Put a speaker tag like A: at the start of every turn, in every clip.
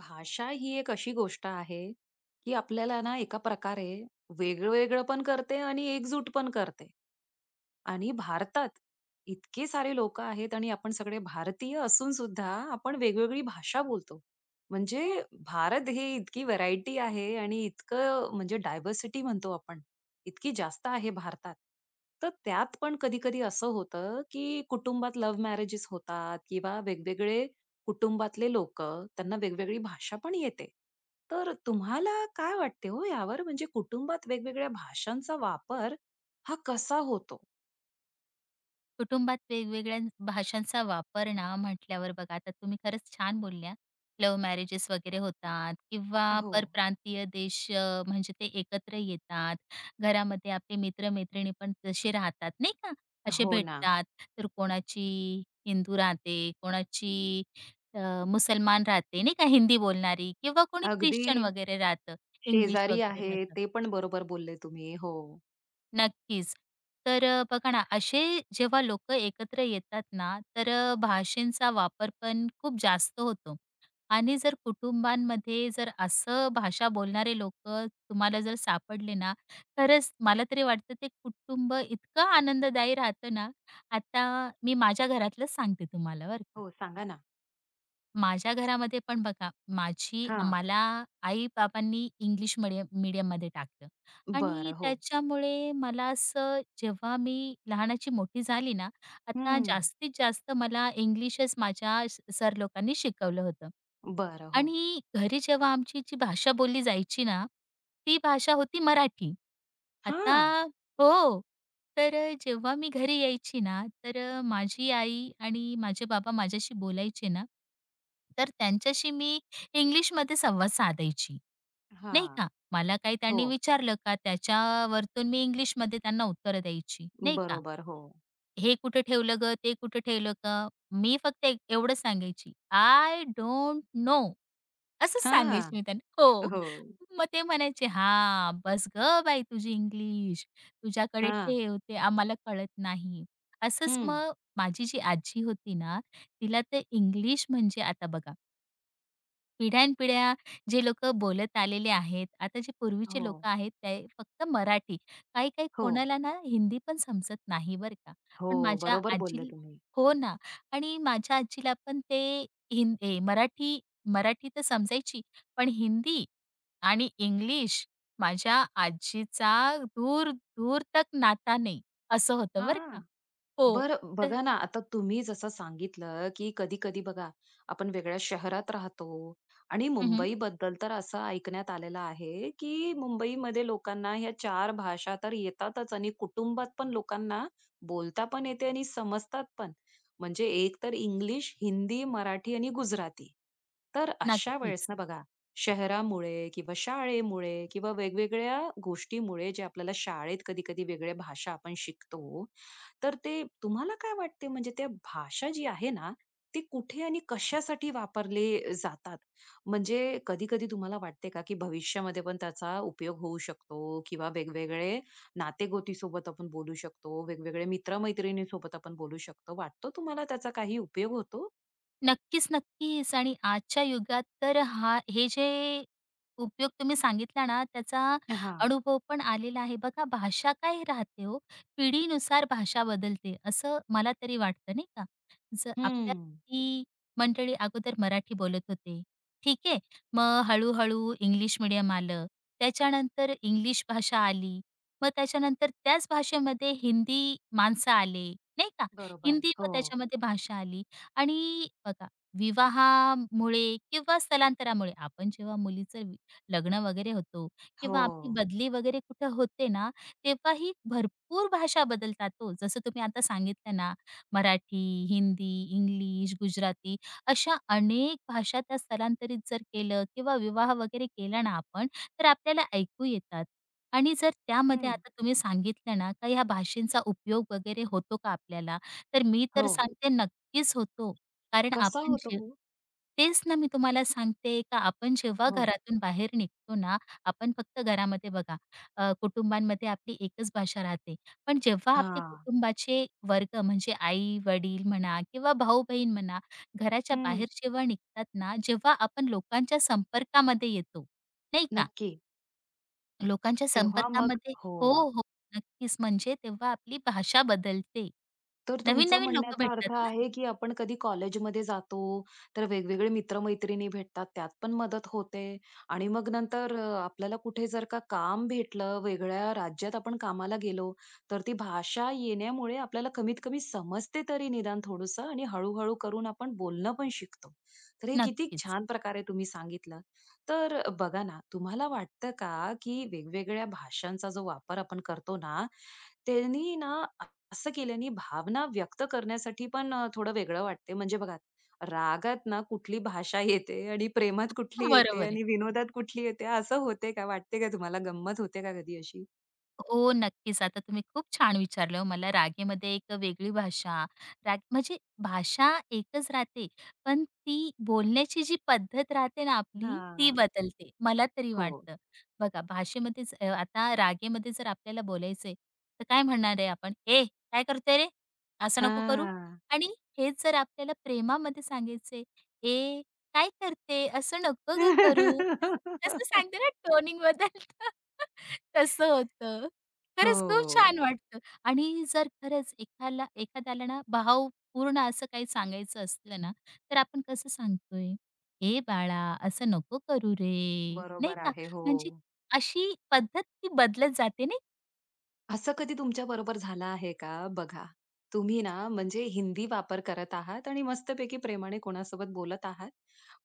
A: भाषा ही एक अशी गोष्ट आहे, की आपल्याला ना एका प्रकारे वेगळं-वेगळं पण करते आणि एकजूट पण करते. आणि भारतात इतके सारे लोकं आहेत आणि आपण सगळे भारतीय असून सुद्धा आपण वेगवेगळी भाषा बोलतो. म्हणजे भारत हे इतकी व्हरायटी आहे आणि इतकं म्हणजे डायव्हर्सिटी म्हणतो आपण, इतकी जास्त आहे भारतात. तर त्यात पण कधी-कधी असं होतं, की कुटुंबात लव्ह मॅरेजेस होतात किंवा वेगवेगळे कुटुंबातले लोक, त्यांना वेगवेगळी भाषा पण येते. तर तुम्हाला काय वाटते हो यावर? म्हणजे कुटुंबात वेगवेगळ्या भाषांचा वापर हा कसा होतो?
B: कुटुंबात वेगवेगळ्या भाषांचा वापर ना म्हटल्यावर बघा आता तुम्ही खरंच छान बोलल्या. लव्ह मॅरेजेस वगैरे होतात किंवा
A: हो.
B: परप्रांतीय देश म्हणजे ते एकत्र येतात. घरामध्ये आपले मित्र-मैत्रिणी पण तसे राहतात नाही का? असे
A: हो ना.
B: भेटतात. तर कोणाची हिंदू राहते, कोणाची अ, मुसलमान राहते नाही का, हिंदी बोलणारी किंवा कोणी
A: अगदी
B: ख्रिश्चन वगैरे राहतं, इंग्लिश
A: शेजारी
B: वगैरे
A: आहे.
B: राहतं.
A: ते पण बरोबर बोलले तुम्ही. हो.
B: नक्कीच. तर बघा ना, असे जेव्हा लोकं एकत्र येतात ना, तर भाषेंचा वापर पण खूप जास्त होतो. आणि जर कुटुंबांमध्ये जर असं भाषा बोलणारे लोक, तुम्हाला जर सापडले ना, खरंच मला तरी वाटतं ते कुटुंब इतकं आनंददायी राहतं ना. आता मी माझ्या घरातलंच सांगते तुम्हाला बरं का.
A: हो, सांगा. ना?
B: माझ्या घरामध्ये पण बघा, माझी
A: हां.
B: मला आई-बाबांनी इंग्लिश मीडियममध्ये टाकलं आणि
A: बरं. हो.
B: त्याच्यामुळे मला असं जेव्हा मी लहानाची मोठी झाली ना, आता
A: हं.
B: जास्तीत जास्त मला इंग्लिशच माझ्या सर लोकांनी शिकवलं होतं.
A: बरं. हो.
B: आणि घरी जेव्हा आमची जी भाषा बोलली जायची ना, ती भाषा होती मराठी. आता
A: हां.
B: हो. तर जेव्हा मी घरी यायची ना, तर माझी आई आणि माझे बाबा माझ्याशी बोलायचे ना, तर त्यांच्याशी मी इंग्लिशमध्ये संवाद साधायची, नाही
A: हां.
B: का. मला काही त्यांनी
A: हो.
B: विचारलं का त्याच्यावरतून मी इंग्लिशमध्ये त्यांना उत्तरं द्यायची, नाही का.
A: बरोबर. हो.
B: "हे कुठे ठेवलं गं? ते कुठे ठेवलं गं?" मी फक्त एवढंच सांगायची, "आय डोंट नो." असंच
A: हां.
B: सांगायची मी त्यांना. हो.
A: हो.
B: मग ते म्हणायचे, "हां, बस गं बाई तुझी इंग्लिश. तुझ्याकडे
A: हां.
B: ठेव, ते आम्हाला कळत नाही." असंच
A: हं.
B: मग माझी जी आजी होती ना, तिला ते इंग्लिश म्हणजे आता बघा, पिढ्यानपिढ्या जे लोक बोलत आलेले आहेत, आता जे पूर्वीचे
A: हो.
B: लोक आहेत ते फक्त मराठी. काही-काही
A: हो.
B: कोणाला ना हिंदी पण समजत नाही बरं का.
A: हो.
B: पण माझ्या
A: बरोबर बोलले
B: आजी,
A: तुम्ही.
B: हो ना. आणि माझ्या आजीला पण ते हिं ए मराठी मराठी तर समजायची, पण हिंदी आणि इंग्लिश, माझ्या आजीचा दूर दूर तक नाता नाही, असं होतं बरं
A: हां.
B: का. हो.
A: बर
B: तर
A: बघा ना, आता तुम्ही जसं सांगितलं, की कधी-कधी बघा, आपण वेगळ्या शहरात राहतो आणि
B: हं,
A: मुंबईबद्दल तर असं ऐकण्यात आलेलं आहे, की मुंबईमध्ये लोकांना ह्या चार भाषा तर येतातच आणि कुटुंबात पण लोकांना बोलता पण येते आणि समजतात पण. म्हणजे एक तर इंग्लिश, हिंदी, मराठी आणि गुजराती. तर अशा वेळेस
B: नक्कीच.
A: ना बघा, शहरामुळे किंवा शाळेमुळे किंवा वेगवेगळ्या गोष्टीमुळे जे आपल्याला शाळेत कधी-कधी वेगळ्या भाषा आपण शिकतो, तर ते तुम्हाला काय वाटते म्हणजे त्या भाषा जी आहे ना, ती कुठे आणि कशासाठी वापरले जातात? म्हणजे कधी-कधी तुम्हाला वाटते का, की भविष्यामध्ये पण त्याचा उपयोग होऊ शकतो किंवा वेगवेगळे नातेगोतीसोबत आपण बोलू शकतो, वेगवेगळे मित्र आपण बोलू शकतो. वाटतो तुम्हाला त्याचा काही उपयोग होतो?
B: नक्कीच, नक्कीच. आणि आजच्या युगात तर हा हे जे उपयोग तुम्ही सांगितला ना, त्याचा
A: हां.
B: अनुभव पण आलेला आहे. बघा भाषा काय राहते हो, पिढीनुसार भाषा बदलते असं मला तरी वाटतं, नाही का? जर आपल्या
A: हं.
B: ही मंडळी अगोदर मराठी बोलत होते. ठीक आहे. मग हळू इंग्लिश मीडियम आलं. त्याच्यानंतर इंग्लिश भाषा आली. मग त्याच्यानंतर त्याच भाषेमध्ये हिंदी माणसं आले, नाही का?
A: बरोबर.
B: हिंदी मग
A: हो.
B: त्याच्यामध्ये भाषा आली. आणि बघा, विवाहामुळे किंवा स्थलांतरामुळे आपण जेव्हा मुलीचं लग्न वगैरे होतो
A: हो.
B: किंवा आपली बदली वगैरे कुठं होते ना, तेव्हाही भरपूर भाषा बदलतात तो, जसं तुम्ही आता सांगितलं ना, मराठी, हिंदी, इंग्लिश, गुजराती अशा अनेक भाषा, त्या स्थलांतरित जर केलं किंवा विवाह वगैरे केला ना आपण, तर आपल्याला ऐकू येतात. आणि जर त्यामध्ये
A: हं.
B: आता तुम्ही सांगितलं ना, का ह्या भाषेंचा उपयोग वगैरे होतो का आपल्याला? तर मी तर
A: हो.
B: सांगते, नक्कीच होतो. कारण
A: कसा
B: आपण
A: होतो
B: जे,
A: हो?
B: तेच ना मी तुम्हाला सांगते, का आपण जेव्हा
A: हो.
B: घरातून बाहेर निघतो ना, आपण फक्त घरामध्ये बघा, कुटुंबांमध्ये आपली एकच भाषा राहते. पण जेव्हा आपले
A: हां.
B: कुटुंबाचे वर्ग म्हणजे आई-वडील म्हणा किंवा भाऊ-बहीण म्हणा, घराच्या
A: हं.
B: बाहेर जेव्हा निघतात ना, जेव्हा आपण लोकांच्या संपर्कामध्ये येतो, नाही का?
A: नक्की.
B: लोकांच्या
A: तेव्हा मग
B: संपर्कामध्ये,
A: हो.
B: हो. नक्कीच. म्हणजे तेव्हा आपली भाषा बदलते.
A: तर तुमचं
B: नवीन-नवीन लोकं
A: म्हणण्याचा
B: भेटतात
A: अर्थ
B: ना.
A: आहे, की आपण कधी कॉलेजमध्ये जातो, तर वेगवेगळे मित्र-मैत्रिणी भेटतात, त्यात पण मदत होते आणि मग नंतर आपल्याला कुठे जर का काम भेटलं, वेगळ्या राज्यात आपण कामाला गेलो, तर ती भाषा येण्यामुळे आपल्याला कमीत कमी समजते तरी निदान थोडंसं आणि हळू करून आपण बोलणं पण शिकतो. तर हे किती
B: नक्कीच.
A: छान प्रकारे तुम्ही सांगितलं. तर बघा ना, तुम्हाला वाटतं का, की वेगवेगळ्या भाषांचा जो वापर आपण करतो ना, त्यांनी ना असं केल्याने भावना व्यक्त करण्यासाठी पण थोडं वेगळं वाटते. म्हणजे बघा, रागात ना कुठली भाषा येते आणि प्रेमात कुठली येते
B: बरोबर आहे.
A: आणि विनोदात कुठली येते, असं होते का? वाटते का तुम्हाला? गंमत होते का कधी अशी?
B: हो, नक्कीच. आता तुम्ही खूप छान विचारलं हो मला. रागेमध्ये एक वेगळी भाषा, राग म्हणजे भाषा एकच राहते, पण ती बोलण्याची जी पद्धत राहते ना आपली, ती
A: हां.
B: बदलते, मला तरी
A: हो.
B: वाटतं. बघा भाषेमध्येच आता रागेमध्ये जर आपल्याला बोलायचंय, तर काय म्हणणार आहे आपण? "ए, काय करतोय रे? असं नको करू."
A: हां.
B: आणि हेच जर आपल्याला प्रेमामध्ये सांगायचंय, "ए, काय करते? असं नको गं करू." असं कसं सांगते ना, टोनिंग बदलतं, तसं होतं. खरंच खूप
A: हो.
B: छान वाटतं. आणि जर खरंच एखाद्याला ना भावपूर्ण असं काही सांगायचं असलं ना, तर आपण कसं सांगतोय? "ए बाळा, असं नको करू रे." नाही
A: बरोबर
B: का?
A: आहे. हो.
B: म्हणजे अशी पद्धत ती बदलत जाते नाही?
A: असं कधी तुमच्याबरोबर झालं आहे का? बघा, तुम्ही ना म्हणजे हिंदी वापर करत आहात आणि मस्तपैकी प्रेमाने कोणासोबत बोलत आहात.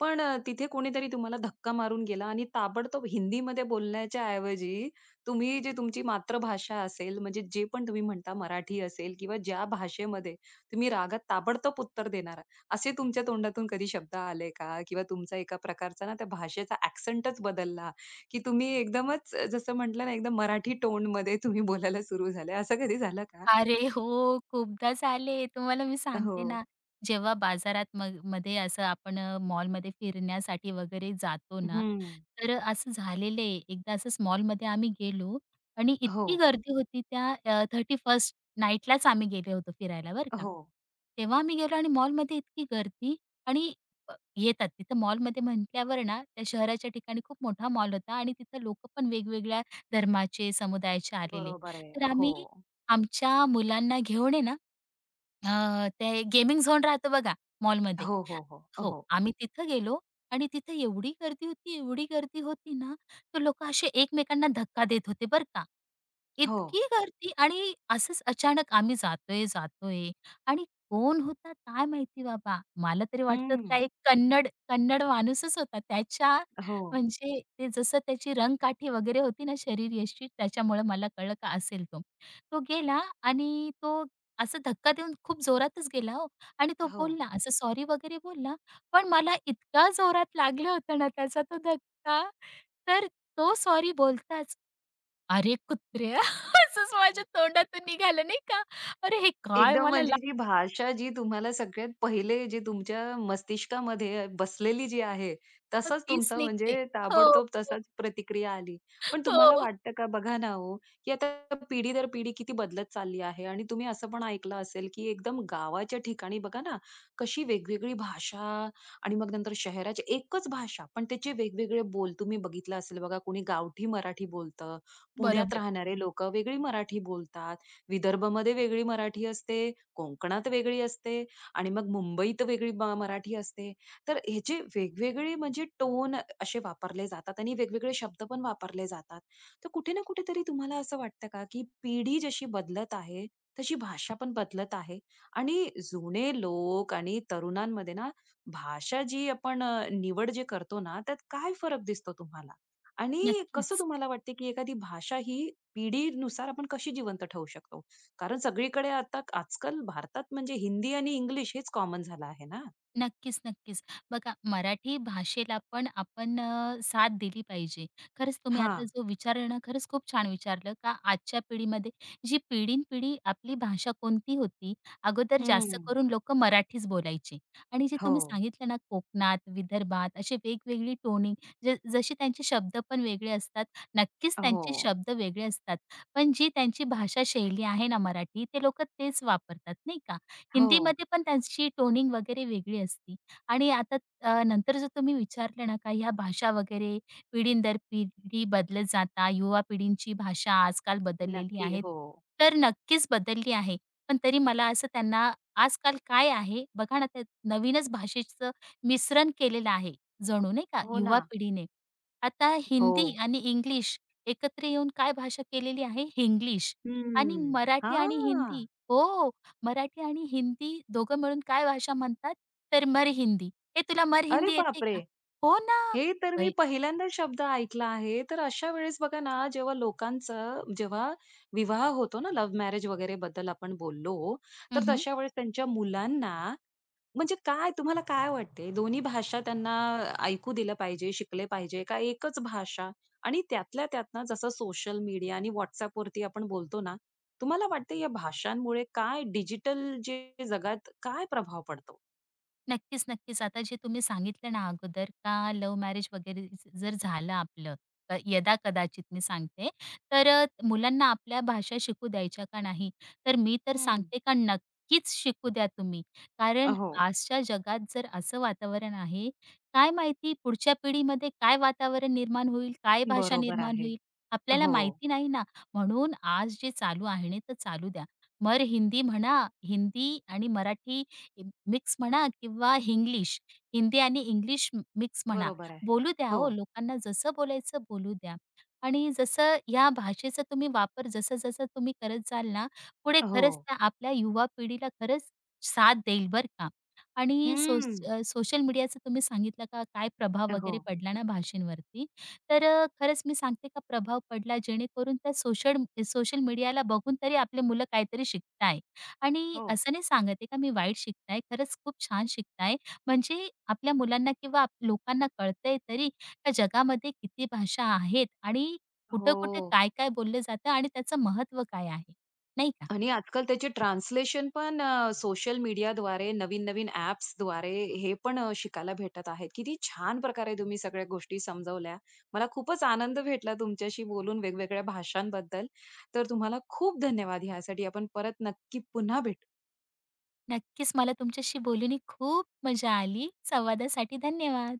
A: पण तिथे कोणीतरी तुम्हाला धक्का मारून गेला आणि ताबडतोब हिंदीमध्ये बोलण्याच्या ऐवजी तुम्ही जी तुमची मातृभाषा असेल, म्हणजे जे पण तुम्ही म्हणता मराठी असेल किंवा ज्या भाषेमध्ये तुम्ही रागात ताबडतोब उत्तर देणार, असे तुमच्या तोंडातून कधी शब्द आले का? किंवा तुमचा एका प्रकारचा ना त्या भाषेचा ॲक्सेंटच बदलला की तुम्ही एकदमच जसं म्हटलं ना, एकदम मराठी टोनमध्ये तुम्ही बोलायला सुरू झाले. असं कधी झालं का?
B: अरे हो, खूपदा झाले. तुम्हाला मी
A: हो.
B: सांगते ना, जेव्हा बाजारात मग मध्ये असं आपण मॉलमध्ये फिरण्यासाठी वगैरे जातो ना,
A: हं.
B: तर असं झालेलं आहे. एकदा असंच मॉलमध्ये आम्ही गेलो आणि
A: हो,
B: इतकी गर्दी होती त्या 31st नाईटलाच आम्ही गेले होतो फिरायला बरं का.
A: हो.
B: तेव्हा आम्ही गेलो आणि मॉलमध्ये इतकी गर्दी आणि येतात. तिथं मॉलमध्ये म्हटल्यावर ना, त्या शहराच्या ठिकाणी खूप मोठा मॉल होता आणि तिथं लोकं पण वेगवेगळ्या धर्माचे, समुदायाचे आलेले.
A: बरोबर आहे.
B: तर
A: हो.
B: आम्ही आमच्या मुलांना घेऊन आहे ना, ते गेमिंग झोन राहतो बघा मॉलमध्ये,
A: हो, हो, हो.
B: हो,
A: हो.
B: आम्ही तिथं गेलो आणि तिथे एवढी गर्दी होती, एवढी गर्दी होती ना, तर लोकं असे एकमेकांना धक्का देत होते बरं का.
A: हो.
B: इतकी गर्दी आणि असंच अचानक आम्ही जातोय, जातोय आणि कोण होता काय माहिती बाबा. मला तरी वाटतं
A: हं.
B: काय एक कन्नड कन्नड माणूसच होता. त्याच्या
A: हो.
B: म्हणजे ते जसं त्याची रंगकाठी वगैरे होती ना, शरीर यष्टी, त्याच्यामुळे मला कळलं का असेल तो. तो गेला आणि तो असा धक्का देऊन खूप जोरातच गेला हो, आणि तो
A: हो.
B: बोलला, असं सॉरी वगैरे बोलला, पण मला इतका जोरात लागलं होतं ना त्याचा तो धक्का, तर तो सॉरी बोलताच, "अरे कुत्र्या!" असंच माझ्या तोंडातून निघालं नाही का. अरे हे काय
A: एकदम
B: मला
A: म्हणजे
B: लागतं,
A: जी भाषा जी तुम्हाला सगळ्यात पहिले जी तुमच्या मस्तिष्कामध्ये बसलेली जी आहे, तसाच
B: तीच
A: तुमचा
B: निघते.
A: म्हणजे
B: हो,
A: ताबडतोब
B: हो,
A: तसाच प्रतिक्रिया आली. पण तुम्हाला
B: हो.
A: वाटतं का बघा ना हो, की आता पिढी दर पिढी किती बदलत चालली आहे आणि तुम्ही असं पण ऐकलं असेल, की एकदम गावाच्या ठिकाणी बघा ना, कशी वेगवेगळी भाषा आणि मग नंतर शहराची एकच भाषा, पण त्याचे वेगवेगळे बोल तुम्ही बघितलं असेल बघा, कोणी गावठी मराठी बोलतं, पुण्यात
B: बरोबर.
A: राहणारे लोकं वेगळी मराठी बोलतात. विदर्भमध्ये वेगळी मराठी असते, कोकणात वेगळी असते आणि मग मुंबईत वेगळी मराठी असते. तर ह्याचे वेगवेगळे म्हणजे टोन असे वापरले जातात आणि वेगवेगळे शब्द पण वापरले जातात. तर कुठे ना कुठेतरी तुम्हाला असं वाटतं का, की पिढी जशी बदलत आहे, तशी भाषा पण बदलत आहे आणि जुने लोक आणि तरुणांमध्ये ना, भाषा जी आपण निवड जे करतो ना, त्यात काय फरक दिसतो तुम्हाला? आणि कसं
B: नक्कीच.
A: तुम्हाला वाटते, की एखादी भाषा ही पिढीनुसार आपण कशी जिवंत ठेवू शकतो? कारण सगळीकडे आता आजकाल भारतात म्हणजे हिंदी आणि इंग्लिश हेच कॉमन झालं आहे ना.
B: नक्कीच, नक्कीच. बघा मराठी भाषेला पण आपण साथ दिली पाहिजे. खरंच तुम्ही आता
A: हां.
B: जो विचारला ना, खरंच खूप छान विचारलं, का आजच्या पिढीमध्ये जी पिढीनपिढी आपली भाषा कोणती होती? अगोदर जास्त
A: हं.
B: करून लोक मराठीच बोलायचे, आणि जे
A: हो,
B: तुम्ही सांगितलं ना कोकणात, विदर्भात असे वेगवेगळी टोनिंग, जसे त्यांचे शब्द पण वेगळे असतात. नक्कीच त्यांचे
A: हो,
B: शब्द वेगळे असतात. पण जी त्यांची भाषा शैली आहे ना मराठी, ते लोकं तेच वापरतात नाही का?
A: हो.
B: हिंदीमध्ये पण त्यांची टोनिंग वगैरे वेगळी असते. आणि आता नंतर जर तुम्ही विचारलं ना का ह्या भाषा वगैरे पिढींदर पिढी बदलत जाता, युवा पिढींची भाषा आजकाल बदललेली
A: नक्की.
B: आहे.
A: हो,
B: तर नक्कीच बदलली आहे. पण तरी मला असं त्यांना, आजकाल काय आहे बघा ना, त्यात नवीनच भाषेचं मिश्रण केलेलं आहे जणू, नाही का,
A: हो ना.
B: युवा पिढीने. आता हिंदी
A: हो.
B: आणि इंग्लिश एकत्र येऊन काय भाषा केलेली आहे, हिंग्लिश. आणि
A: हं.
B: मराठी आणि हिंदी,
A: हां.
B: हो. मराठी आणि हिंदी दोघं मिळून काय भाषा म्हणतात? तर मर हिंदी. हे तुला मर
A: अरे
B: हिंदी येते
A: बापरे!
B: का? हो ना.
A: हे तर मी
B: अय,
A: पहिल्यांदा शब्द ऐकला आहे. तर अशा वेळेस बघा ना, जेव्हा लोकांचं जेव्हा विवाह होतो ना, लव्ह मॅरेज वगैरे बद्दल आपण बोललो,
B: हं,
A: तर
B: हं.
A: तशा वेळेस त्यांच्या मुलांना म्हणजे काय तुम्हाला काय वाटते दोन्ही भाषा त्यांना ऐकू दिलं पाहिजे, शिकले पाहिजे का एकच भाषा? आणि त्यातल्या त्यात ना जसं सोशल मीडिया आणि WhatsAppवरती आपण बोलतो ना, तुम्हाला वाटतं या भाषांमुळे काय डिजिटल जे जगात काय प्रभाव पडतो?
B: नक्कीच, नक्कीच. आता जे तुम्ही सांगितलं ना अगोदर, का लव्ह मॅरेज वगैरे जर झालं आपलं, यदा-कदाचित मी सांगते, तर मुलांना आपल्या भाषा शिकू द्यायच्या का नाही? तर मी तर
A: हं.
B: सांगते का नक्कीच शिकू द्या तुम्ही. कारण
A: हो,
B: आजच्या जगात जर असं वातावरण आहे, काय माहिती पुढच्या पिढीमध्ये काय वातावरण निर्माण होईल, काय भाषा
A: बरोबर
B: निर्माण
A: आहे.
B: होईल, आपल्याला
A: हो,
B: माहिती नाही ना. म्हणून आज जे चालू आहे ना, ते चालू द्या. मग हिंदी म्हणा, हिंदी आणि मराठी मिक्स म्हणा किंवा हिंग्लिश, हिंदी आणि इंग्लिश मिक्स म्हणा.
A: बरोबर आहे.
B: बोलू द्या
A: हो.
B: हो, लोकांना जसं बोलायचं बोलू द्या. आणि जसं या भाषेचा तुम्ही वापर जसं-जसं तुम्ही करत जाल ना, पुढे
A: हो.
B: खरंच त्या आपल्या युवा पिढीला खरंच साथ देईल बरं का. आणि
A: हं.
B: सोशल मीडियाचं तुम्ही सांगितलं का काय प्रभाव वगैरे
A: हो,
B: पडला ना भाषेंवरती. तर खरंच मी सांगते का प्रभाव पडला, जेणेकरून त्या सोशल सोशल मीडियाला बघून तरी आपले मुलं काहीतरी शिकताय. आणि
A: हो.
B: असं नाही सांगत का मी वाईट शिकताय, खरंच खूप छान शिकताय. म्हणजे आपल्या मुलांना किंवा आप लोकांना कळतंय तरी, का जगामध्ये किती भाषा आहेत आणि
A: हो.
B: कुठं-कुठे काय-काय बोललं जातं आणि त्याचं महत्त्व काय आहे, नाही का?
A: आणि आजकाल त्याचे ट्रान्सलेशन पण सोशल मीडियाद्वारे, नवीन-नवीन द्वारे हे पण शिकायला भेटत आहेत. किती छान प्रकारे तुम्ही सगळ्या गोष्टी समजवल्या. मला खूपच आनंद भेटला तुमच्याशी बोलून वेगवेगळ्या भाषांबद्दल. तर तुम्हाला खूप धन्यवाद. ह्यासाठी आपण परत नक्की पुन्हा भेटू.
B: नक्कीच मला तुमच्याशी बोलून ही खूप मजा आली. संवादासाठी धन्यवाद.